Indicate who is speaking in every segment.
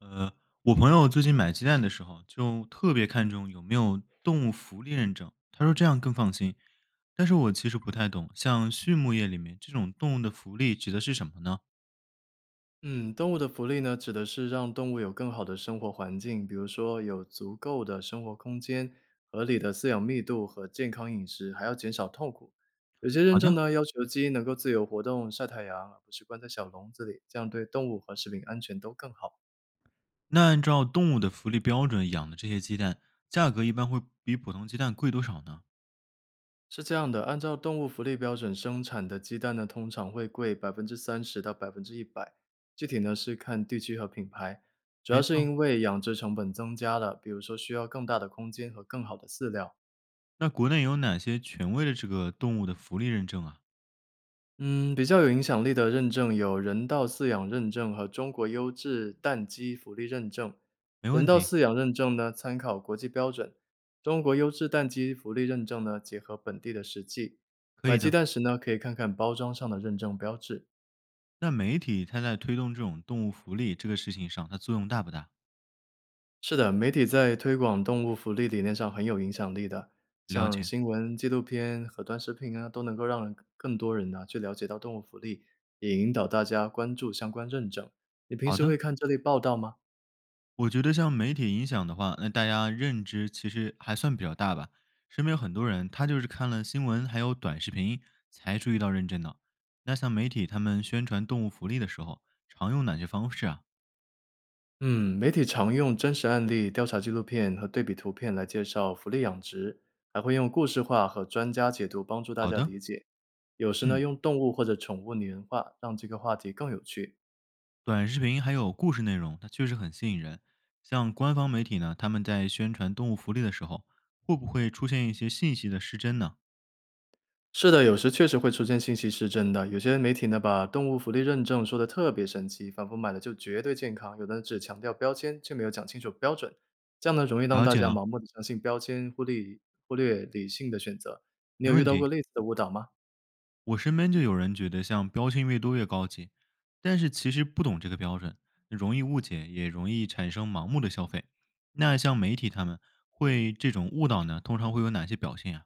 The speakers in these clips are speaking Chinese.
Speaker 1: 呃，我朋友最近买鸡蛋的时候就特别看重有没有动物福利认证，他说这样更放心。但是我其实不太懂，像畜牧业里面这种动物的福利指的是什么呢？
Speaker 2: 嗯，动物的福利呢，指的是让动物有更好的生活环境，比如说有足够的生活空间、合理的饲养密度和健康饮食，还要减少痛苦。有些认
Speaker 1: 好
Speaker 2: 证
Speaker 1: 的，
Speaker 2: 呢，要求鸡能够自由活动、晒太阳，而不是关在小笼子里，这样对动物和食品安全都更好。
Speaker 1: 那按照动物的福利标准养的这些鸡蛋，价格一般会比普通鸡蛋贵多少呢？
Speaker 2: 是这样的，按照动物福利标准生产的鸡蛋呢，通常会贵30%到100%，具体呢是看地区和品牌。主要
Speaker 1: 没
Speaker 2: 是
Speaker 1: 错，
Speaker 2: 因为养殖成本增加了，比如说需要更大的空间和更好的饲料。
Speaker 1: 那国内有哪些权威的这个动物的福利认证啊？
Speaker 2: 嗯，比较有影响力的认证有人道饲养认证和中国优质蛋鸡福利认证。
Speaker 1: 没
Speaker 2: 人
Speaker 1: 问
Speaker 2: 道
Speaker 1: 题，
Speaker 2: 饲养认证呢，参考国际标准；中国优质蛋鸡福利认证呢，结合本地的实际。
Speaker 1: 可
Speaker 2: 买
Speaker 1: 以
Speaker 2: 鸡
Speaker 1: 的。
Speaker 2: 蛋时呢，可以看看包装上的认证标志。
Speaker 1: 那媒体它在推动这种动物福利这个事情上，它作用大不大？
Speaker 2: 是的，媒体在推广动物福利理念上很有影响力的，
Speaker 1: 了
Speaker 2: 像
Speaker 1: 解。
Speaker 2: 新闻、纪录片和短视频啊，都能够让人更多人呢、去了解到动物福利，也引导大家关注相关认证。你平
Speaker 1: 好
Speaker 2: 时
Speaker 1: 的。
Speaker 2: 会看这类报道吗？
Speaker 1: 我觉得像媒体影响的话，那大家认知其实还算比较大吧。身边有很多人，他就是看了新闻还有短视频才注意到认真的。那像媒体他们宣传动物福利的时候，常用哪些方式啊？
Speaker 2: 嗯，媒体常用真实案例、调查纪录片和对比图片来介绍福利养殖，还会用故事化和专家解读帮助大
Speaker 1: 好
Speaker 2: 家
Speaker 1: 的，
Speaker 2: 理解。有时呢，
Speaker 1: 嗯，
Speaker 2: 用动物或者宠物拟人化，让这个话题更有趣。
Speaker 1: 短视频还有故事内容，它确实很吸引人。像官方媒体呢，他们在宣传动物福利的时候，会不会出现一些信息的失真呢？
Speaker 2: 是的，有时确实会出现信息失真的。有些媒体呢，把动物福利认证说的特别神奇，仿佛买了就绝对健康；有的只强调标签，却没有讲清楚标准。这样呢，容易让
Speaker 1: 了
Speaker 2: 大
Speaker 1: 解
Speaker 2: 家
Speaker 1: 了，
Speaker 2: 盲目的相信标签，忽略理性的选择。你
Speaker 1: 没
Speaker 2: 有遇
Speaker 1: 问
Speaker 2: 到过
Speaker 1: 题。
Speaker 2: 类似的误导吗？
Speaker 1: 我身边就有人觉得像标签越多越高级，但是其实不懂这个标准，容易误解，也容易产生盲目的消费。那像媒体他们会这种误导呢，通常会有哪些表现啊？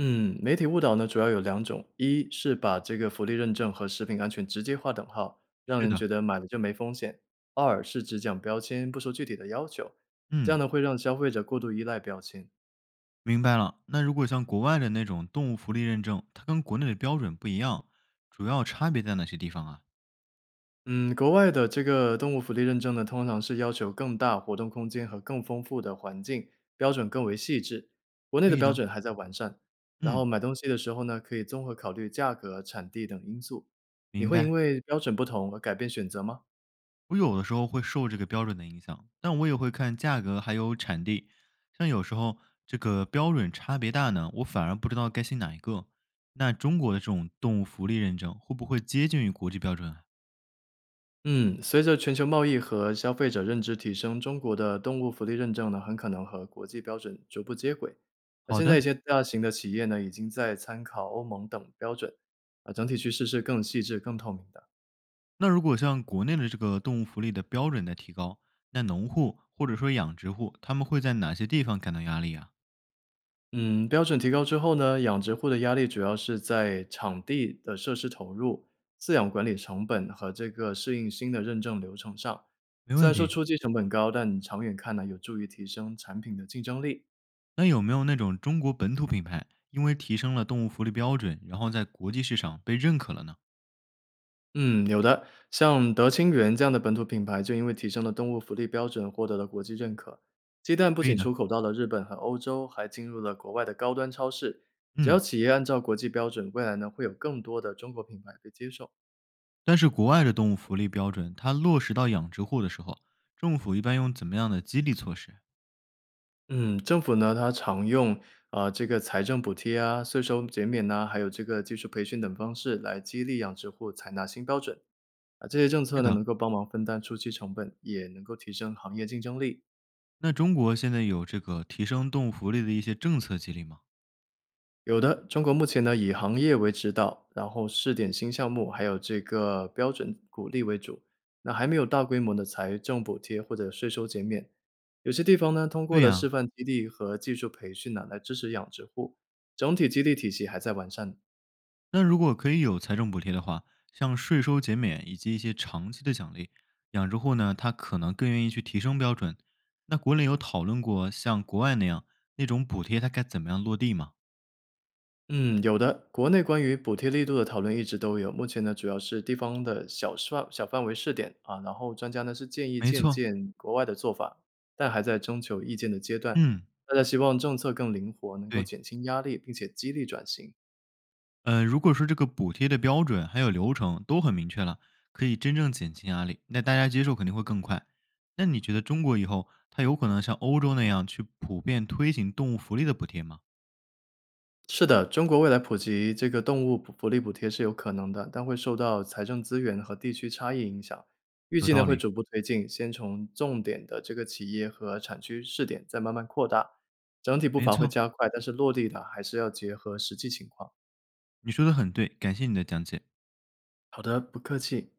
Speaker 2: 嗯，媒体误导呢，主要有两种，一是把这个福利认证和食品安全直接划等号，让
Speaker 1: 是
Speaker 2: 人
Speaker 1: 的，
Speaker 2: 觉得买了就没风险；二是只讲标签，不说具体的要求，这样
Speaker 1: 嗯，
Speaker 2: 呢会让消费者过度依赖标签。
Speaker 1: 明白了。那如果像国外的那种动物福利认证，它跟国内的标准不一样，主要差别在哪些地方啊？
Speaker 2: 嗯，国外的这个动物福利认证呢，通常是要求更大活动空间和更丰富的环境，标准更为细致。国内
Speaker 1: 可
Speaker 2: 的
Speaker 1: 以
Speaker 2: 标
Speaker 1: 的，
Speaker 2: 准还在完善。然后
Speaker 1: 嗯，
Speaker 2: 买东西的时候呢，可以综合考虑价格、产地等因素。你
Speaker 1: 明
Speaker 2: 会因
Speaker 1: 白。
Speaker 2: 为标准不同而改变选择吗？
Speaker 1: 我有的时候会受这个标准的影响，但我也会看价格还有产地。像有时候这个标准差别大呢，我反而不知道该信哪一个。那中国的这种动物福利认证会不会接近于国际标准啊？
Speaker 2: 嗯，随着全球贸易和消费者认知提升，中国的动物福利认证呢，很可能和国际标准逐步接轨。那
Speaker 1: 好
Speaker 2: 现在
Speaker 1: 的，
Speaker 2: 一些大型的企业呢，已经在参考欧盟等标准，啊，整体趋势是更细致、更透明的。
Speaker 1: 那如果像国内的这个动物福利的标准在提高，那农户或者说养殖户他们会在哪些地方感到压力啊？
Speaker 2: 嗯，标准提高之后呢，养殖户的压力主要是在场地的设施投入、饲养管理成本和这个适应新的认证流程上。
Speaker 1: 没
Speaker 2: 虽
Speaker 1: 问
Speaker 2: 然说
Speaker 1: 题。
Speaker 2: 初期成本高，但长远看呢，有助于提升产品的竞争力。
Speaker 1: 那有没有那种中国本土品牌因为提升了动物福利标准，然后在国际市场被认可了呢？
Speaker 2: 嗯，有的，像德清源这样的本土品牌，就因为提升了动物福利标准，获得了国际认可。鸡蛋不
Speaker 1: 可以
Speaker 2: 仅
Speaker 1: 的，
Speaker 2: 出口到了日本和欧洲，还进入了国外的高端超市。只要
Speaker 1: 嗯。
Speaker 2: 企业按照国际标准，未来呢会有更多的中国品牌被接受。
Speaker 1: 但是国外的动物福利标准，它落实到养殖户的时候，政府一般用怎么样的激励措施？
Speaker 2: 嗯，政府呢，它常用啊、这个财政补贴啊、税收减免呐、还有这个技术培训等方式来激励养殖户采纳新标准啊。这些政策
Speaker 1: 是
Speaker 2: 呢，
Speaker 1: 的，
Speaker 2: 能够帮忙分担初期成本，也能够提升行业竞争力。
Speaker 1: 那中国现在有这个提升动物福利的一些政策激励吗？
Speaker 2: 有的，中国目前呢以行业为指导，然后试点新项目，还有这个标准鼓励为主。那还没有大规模的财政补贴或者税收减免。有些地方呢通过
Speaker 1: 对
Speaker 2: 了
Speaker 1: 呀、
Speaker 2: 示范基地和技术培训呢来支持养殖户，整体激励体系还在完善。
Speaker 1: 那如果可以有财政补贴的话，像税收减免以及一些长期的奖励，养殖户呢，他可能更愿意去提升标准。那国内有讨论过像国外那样那种补贴，它该怎么样落地吗？
Speaker 2: 嗯，有的。国内关于补贴力度的讨论一直都有，目前呢主要是地方的小范围试点啊，然后专家呢是建议
Speaker 1: 没
Speaker 2: 借
Speaker 1: 错，
Speaker 2: 鉴国外的做法，但还在征求意见的阶段。
Speaker 1: 嗯，
Speaker 2: 大家希望政策更灵活，能够
Speaker 1: 对。
Speaker 2: 减轻压力，并且激励转型。
Speaker 1: 如果说这个补贴的标准还有流程都很明确了，可以真正减轻压力，那大家接受肯定会更快。那你觉得中国以后它有可能像欧洲那样去普遍推行动物福利的补贴吗？
Speaker 2: 是的，中国未来普及这个动物福利补贴是有可能的，但会受到财政资源和地区差异影响。预
Speaker 1: 有
Speaker 2: 计呢
Speaker 1: 道
Speaker 2: 会
Speaker 1: 理。
Speaker 2: 逐步推进，先从重点的这个企业和产区试点，再慢慢扩大。整体步
Speaker 1: 没
Speaker 2: 伐会
Speaker 1: 错，
Speaker 2: 加快，但是落地的还是要结合实际情况。
Speaker 1: 你说的很对，感谢你的讲解。
Speaker 2: 好的，不客气。